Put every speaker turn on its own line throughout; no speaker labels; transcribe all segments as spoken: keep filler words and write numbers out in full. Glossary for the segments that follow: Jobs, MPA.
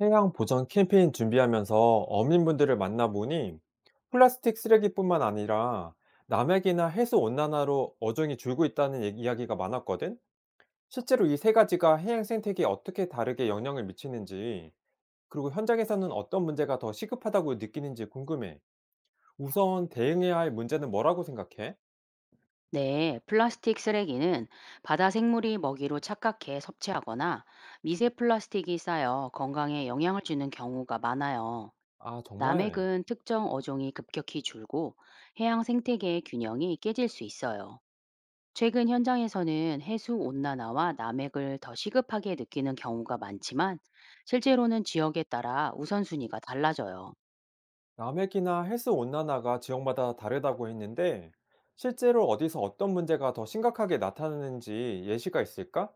해양 보전 캠페인 준비하면서 어민분들을 만나보니 플라스틱 쓰레기뿐만 아니라 남획이나 해수 온난화로 어종이 줄고 있다는 얘기- 이야기가 많았거든? 실제로 이 세 가지가 해양 생태계에 어떻게 다르게 영향을 미치는지, 그리고 현장에서는 어떤 문제가 더 시급하다고 느끼는지 궁금해. 우선 대응해야 할 문제는 뭐라고 생각해?
네, 플라스틱 쓰레기는 바다 생물이 먹이로 착각해 섭취하거나 미세 플라스틱이 쌓여 건강에 영향을 주는 경우가 많아요.
아, 정말.
남획은 특정 어종이 급격히 줄고 해양 생태계의 균형이 깨질 수 있어요. 최근 현장에서는 해수 온난화와 남획을 더 시급하게 느끼는 경우가 많지만, 실제로는 지역에 따라 우선순위가 달라져요.
남획이나 해수 온난화가 지역마다 다르다고 했는데, 실제로 어디서 어떤 문제가 더 심각하게 나타나는지 예시가 있을까?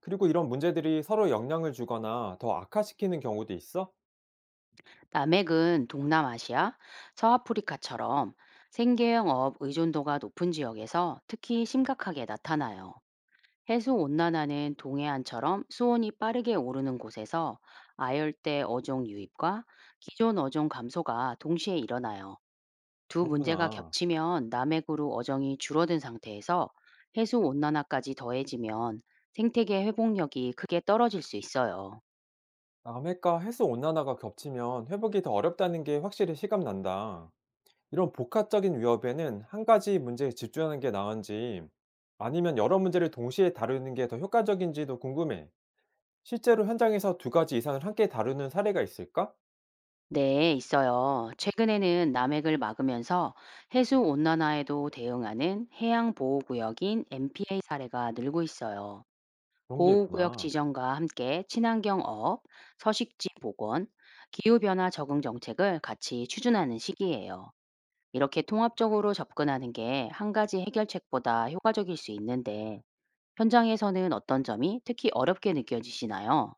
그리고 이런 문제들이 서로 영향을 주거나 더 악화시키는 경우도 있어?
남핵은 동남아시아, 서아프리카처럼 생계형업 의존도가 높은 지역에서 특히 심각하게 나타나요. 해수 온난화는 동해안처럼 수온이 빠르게 오르는 곳에서 아열대 어종 유입과 기존 어종 감소가 동시에 일어나요. 두 문제가
그렇구나.
겹치면 남핵으로 어종이 줄어든 상태에서 해수 온난화까지 더해지면 생태계 회복력이 크게 떨어질 수 있어요.
남해과 해수 온난화가 겹치면 회복이 더 어렵다는 게 확실히 실감난다. 이런 복합적인 위협에는 한 가지 문제에 집중하는 게 나은지 아니면 여러 문제를 동시에 다루는 게 더 효과적인지도 궁금해. 실제로 현장에서 두 가지 이상을 함께 다루는 사례가 있을까?
네, 있어요. 최근에는 남핵을 막으면서 해수 온난화에도 대응하는 해양 보호 구역인 엠피에이 사례가 늘고 있어요.
그런 게
보호 구역
있구나.
지정과 함께 친환경 어업, 서식지 복원, 기후 변화 적응 정책을 같이 추진하는 시기예요. 이렇게 통합적으로 접근하는 게 한 가지 해결책보다 효과적일 수 있는데, 현장에서는 어떤 점이 특히 어렵게 느껴지시나요?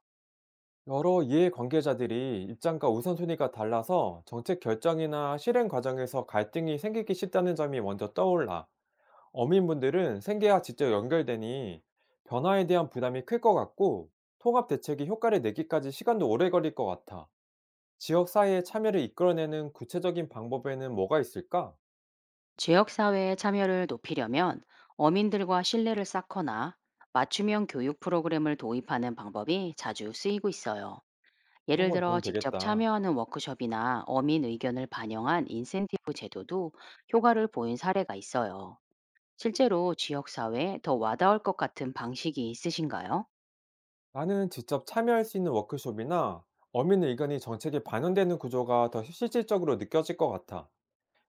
여러 이해관계자들이 입장과 우선순위가 달라서 정책 결정이나 실행 과정에서 갈등이 생기기 쉽다는 점이 먼저 떠올라. 어민분들은 생계와 직접 연결되니 변화에 대한 부담이 클 것 같고 통합 대책이 효과를 내기까지 시간도 오래 걸릴 것 같아. 지역 사회의 참여를 이끌어내는 구체적인 방법에는 뭐가 있을까?
지역사회의 참여를 높이려면 어민들과 신뢰를 쌓거나 맞춤형 교육 프로그램을 도입하는 방법이 자주 쓰이고 있어요.
그런
예를
건 도움
들어 직접
되겠다.
참여하는 워크숍이나 어민 의견을 반영한 인센티브 제도도 효과를 보인 사례가 있어요. 실제로 지역사회에 더 와닿을 것 같은 방식이 있으신가요?
나는 직접 참여할 수 있는 워크숍이나 어민 의견이 정책에 반영되는 구조가 더 실질적으로 느껴질 것 같아.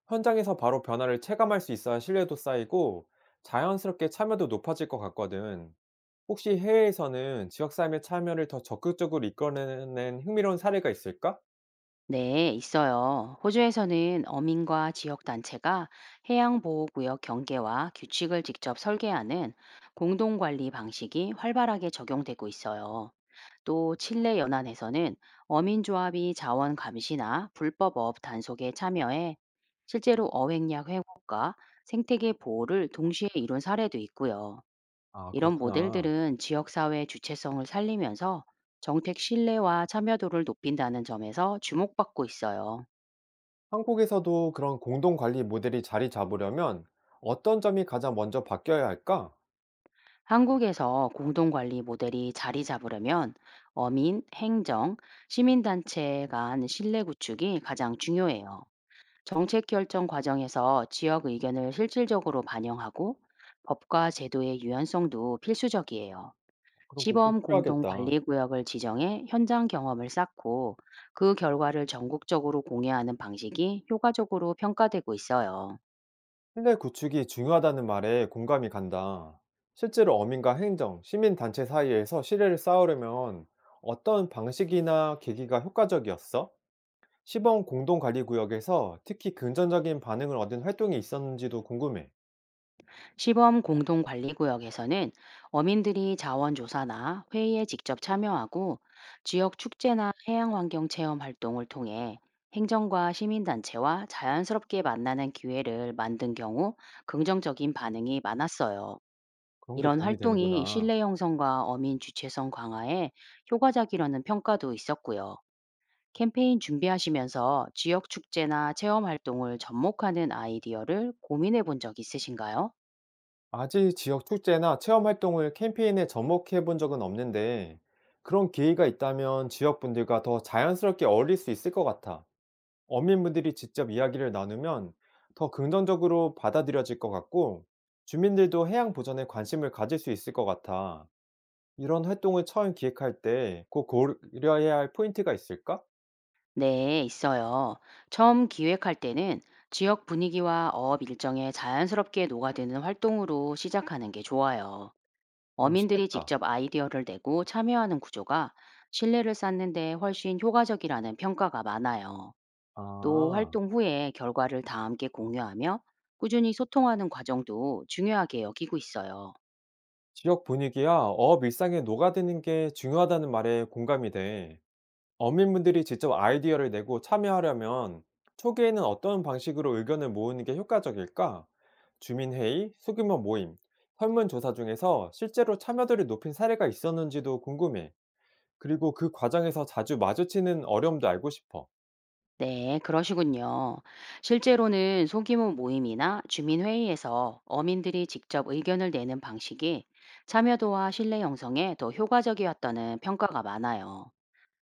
현장에서 바로 변화를 체감할 수 있어야 신뢰도 쌓이고 자연스럽게 참여도 높아질 것 같거든. 혹시 해외에서는 지역 삶의 참여를 더 적극적으로 이끌어내는 흥미로운 사례가 있을까?
네, 있어요. 호주에서는 어민과 지역단체가 해양보호구역 경계와 규칙을 직접 설계하는 공동관리 방식이 활발하게 적용되고 있어요. 또 칠레 연안에서는 어민조합이 자원 감시나 불법업 단속에 참여해 실제로 어획량 회복과 생태계 보호를 동시에 이룬 사례도 있고요.
아,
이런
그렇구나.
모델들은 지역사회의 주체성을 살리면서 정책 신뢰와 참여도를 높인다는 점에서 주목받고 있어요.
한국에서도 그런 공동 관리 모델이 자리 잡으려면 어떤 점이 가장 먼저 바뀌어야 할까?
한국에서 공동관리 모델이 자리 잡으려면 어민, 행정, 시민단체 간 신뢰 구축이 가장 중요해요. 정책 결정 과정에서 지역 의견을 실질적으로 반영하고 법과 제도의 유연성도 필수적이에요.
그런 거 꼭
시범 공동
필요하겠다.
관리 구역을 지정해 현장 경험을 쌓고 그 결과를 전국적으로 공유하는 방식이 효과적으로 평가되고 있어요.
신뢰 구축이 중요하다는 말에 공감이 간다. 실제로 어민과 행정, 시민단체 사이에서 신뢰를 쌓으려면 어떤 방식이나 계기가 효과적이었어? 시범 공동관리구역에서 특히 긍정적인 반응을 얻은 활동이 있었는지도 궁금해.
시범 공동 관리 구역에서는 어민들이 자원조사나 회의에 직접 참여하고 지역 축제나 해양 환경 체험 활동을 통해 행정과 시민단체와 자연스럽게 만나는 기회를 만든 경우 긍정적인 반응이 많았어요.
그런 게
이런
도움이
활동이
되는구나.
신뢰 형성과 어민 주체성 강화에 효과적이라는 평가도 있었고요. 캠페인 준비하시면서 지역 축제나 체험 활동을 접목하는 아이디어를 고민해 본 적 있으신가요?
아직 지역 축제나 체험 활동을 캠페인에 접목해 본 적은 없는데 그런 기회가 있다면 지역분들과 더 자연스럽게 어울릴 수 있을 것 같아. 어민분들이 직접 이야기를 나누면 더 긍정적으로 받아들여질 것 같고, 주민들도 해양 보전에 관심을 가질 수 있을 것 같아. 이런 활동을 처음 기획할 때 꼭 고려해야 할 포인트가 있을까?
네, 있어요. 처음 기획할 때는 지역 분위기와 어업 일정에 자연스럽게 녹아드는 활동으로 시작하는 게 좋아요.
그럼
어민들이
쉽겠다.
직접 아이디어를 내고 참여하는 구조가 신뢰를 쌓는 데 훨씬 효과적이라는 평가가 많아요. 또
아,
활동 후에 결과를 다 함께 공유하며 꾸준히 소통하는 과정도 중요하게 여기고 있어요.
지역 분위기와 어업 일상에 녹아드는 게 중요하다는 말에 공감이 돼. 어민분들이 직접 아이디어를 내고 참여하려면 초기에는 어떤 방식으로 의견을 모으는 게 효과적일까? 주민회의, 소규모 모임, 설문조사 중에서 실제로 참여도를 높인 사례가 있었는지도 궁금해. 그리고 그 과정에서 자주 마주치는 어려움도 알고 싶어.
네, 그러시군요. 실제로는 소규모 모임이나 주민회의에서 어민들이 직접 의견을 내는 방식이 참여도와 신뢰 형성에 더 효과적이었다는 평가가 많아요.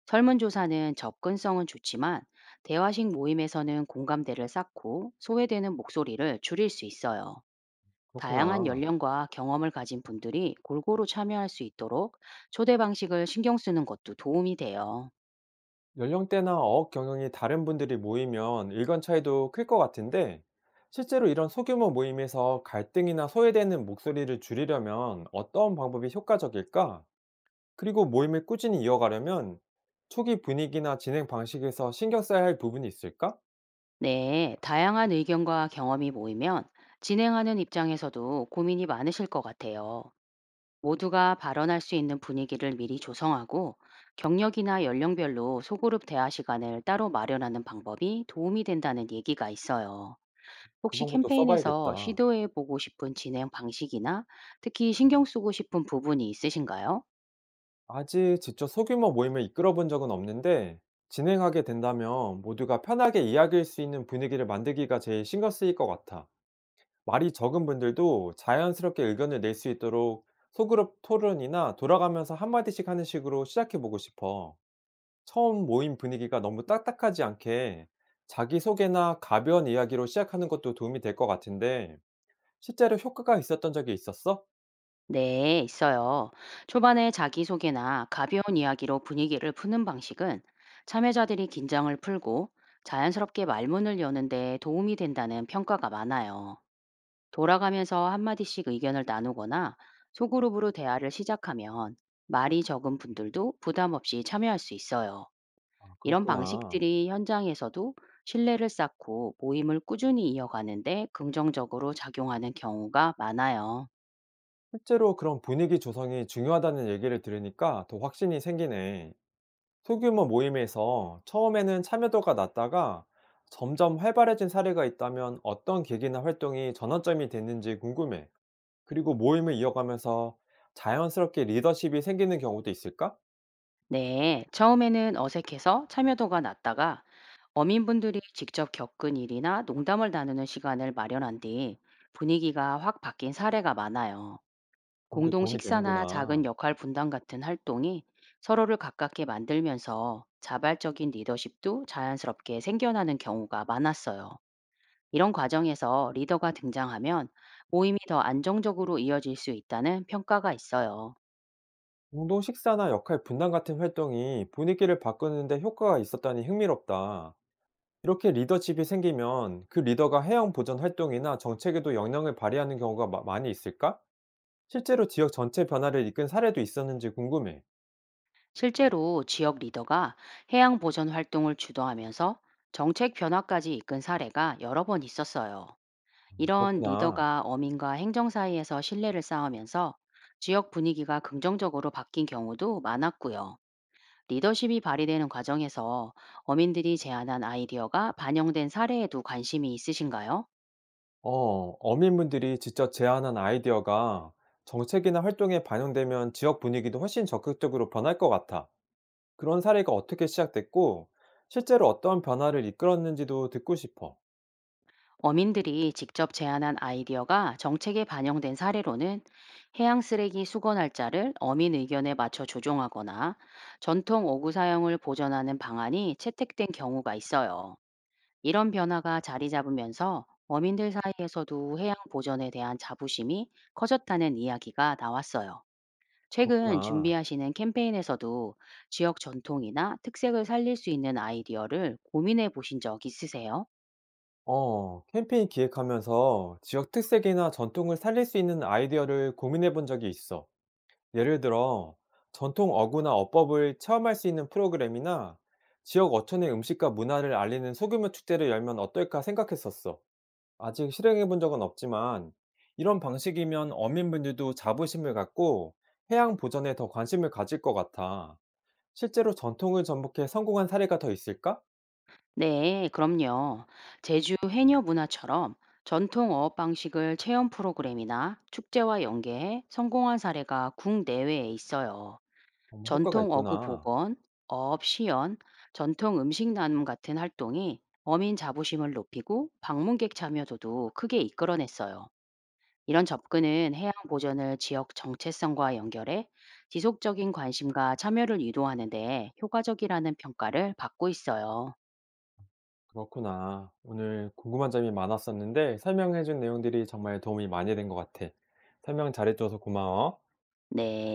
설문조사는 접근성은 좋지만 대화식 모임에서는 공감대를 쌓고 소외되는 목소리를 줄일 수 있어요. 다양한
그렇구나.
연령과 경험을 가진 분들이 골고루 참여할 수 있도록 초대 방식을 신경 쓰는 것도 도움이 돼요.
연령대나 어업 경영이 다른 분들이 모이면 일관 차이도 클 것 같은데, 실제로 이런 소규모 모임에서 갈등이나 소외되는 목소리를 줄이려면 어떤 방법이 효과적일까? 그리고 모임을 꾸준히 이어가려면 초기 분위기나 진행 방식에서 신경 써야 할 부분이 있을까?
네, 다양한 의견과 경험이 모이면 진행하는 입장에서도 고민이 많으실 것 같아요. 모두가 발언할 수 있는 분위기를 미리 조성하고 경력이나 연령별로 소그룹 대화 시간을 따로 마련하는 방법이 도움이 된다는 얘기가 있어요.
그
혹시
방법도
캠페인에서
써봐야겠다.
시도해 보고 싶은 진행 방식이나 특히 신경 쓰고 싶은 부분이 있으신가요?
아직 직접 소규모 모임을 이끌어 본 적은 없는데 진행하게 된다면 모두가 편하게 이야기할 수 있는 분위기를 만들기가 제일 신경 쓰일 것 같아. 말이 적은 분들도 자연스럽게 의견을 낼 수 있도록 소그룹 토론이나 돌아가면서 한마디씩 하는 식으로 시작해 보고 싶어. 처음 모임 분위기가 너무 딱딱하지 않게 자기소개나 가벼운 이야기로 시작하는 것도 도움이 될 것 같은데 실제로 효과가 있었던 적이 있었어?
네, 있어요. 초반에 자기소개나 가벼운 이야기로 분위기를 푸는 방식은 참여자들이 긴장을 풀고 자연스럽게 말문을 여는 데 도움이 된다는 평가가 많아요. 돌아가면서 한마디씩 의견을 나누거나 소그룹으로 대화를 시작하면 말이 적은 분들도 부담 없이 참여할 수 있어요.
아,
이런
그렇구나.
방식들이 현장에서도 신뢰를 쌓고 모임을 꾸준히 이어가는데 긍정적으로 작용하는 경우가 많아요.
실제로 그런 분위기 조성이 중요하다는 얘기를 들으니까 더 확신이 생기네. 소규모 모임에서 처음에는 참여도가 낮다가 점점 활발해진 사례가 있다면 어떤 계기나 활동이 전환점이 됐는지 궁금해. 그리고 모임을 이어가면서 자연스럽게 리더십이 생기는 경우도 있을까?
네, 처음에는 어색해서 참여도가 낮다가 어민분들이 직접 겪은 일이나 농담을 나누는 시간을 마련한 뒤 분위기가 확 바뀐 사례가 많아요.
그런 게
공동
도움이
식사나
되는구나.
작은 역할 분담 같은 활동이 서로를 가깝게 만들면서 자발적인 리더십도 자연스럽게 생겨나는 경우가 많았어요. 이런 과정에서 리더가 등장하면 모임이 더 안정적으로 이어질 수 있다는 평가가 있어요.
공동 식사나 역할 분담 같은 활동이 분위기를 바꾸는데 효과가 있었다니 흥미롭다. 이렇게 리더십이 생기면 그 리더가 해양 보전 활동이나 정책에도 영향을 발휘하는 경우가 마- 많이 있을까? 실제로 지역 전체 변화를 이끈 사례도 있었는지 궁금해.
실제로 지역 리더가 해양 보전 활동을 주도하면서 정책 변화까지 이끈 사례가 여러 번 있었어요. 이런
그렇구나.
리더가 어민과 행정 사이에서 신뢰를 쌓으면서 지역 분위기가 긍정적으로 바뀐 경우도 많았고요. 리더십이 발휘되는 과정에서 어민들이 제안한 아이디어가 반영된 사례에도 관심이 있으신가요?
어, 어민분들이 직접 제안한 아이디어가 정책이나 활동에 반영되면 지역 분위기도 훨씬 적극적으로 변할 것 같아. 그런 사례가 어떻게 시작됐고, 실제로 어떤 변화를 이끌었는지도 듣고 싶어.
어민들이 직접 제안한 아이디어가 정책에 반영된 사례로는 해양 쓰레기 수거 날짜를 어민 의견에 맞춰 조정하거나 전통 오구 사용을 보전하는 방안이 채택된 경우가 있어요. 이런 변화가 자리 잡으면서 어민들 사이에서도 해양 보전에 대한 자부심이 커졌다는 이야기가 나왔어요. 최근
그렇구나.
준비하시는 캠페인에서도 지역 전통이나 특색을 살릴 수 있는 아이디어를 고민해 보신 적 있으세요?
어, 캠페인 기획하면서 지역 특색이나 전통을 살릴 수 있는 아이디어를 고민해 본 적이 있어. 예를 들어, 전통 어구나 어법을 체험할 수 있는 프로그램이나 지역 어촌의 음식과 문화를 알리는 소규모 축제를 열면 어떨까 생각했었어. 아직 실행해 본 적은 없지만, 이런 방식이면 어민분들도 자부심을 갖고 해양 보전에 더 관심을 가질 것 같아. 실제로 전통을 전복해 성공한 사례가 더 있을까?
네, 그럼요. 제주 해녀 문화처럼 전통 어업 방식을 체험 프로그램이나 축제와 연계해 성공한 사례가 국내외에 있어요.
어 효과가
전통 어구
있구나.
복원, 어업 시연, 전통 음식 나눔 같은 활동이 어민 자부심을 높이고 방문객 참여도도 크게 이끌어냈어요. 이런 접근은 해양 보전을 지역 정체성과 연결해 지속적인 관심과 참여를 유도하는 데 효과적이라는 평가를 받고 있어요.
그렇구나. 오늘 궁금한 점이 많았었는데 설명해준 내용들이 정말 도움이 많이 된 것 같아. 설명 잘해줘서 고마워.
네.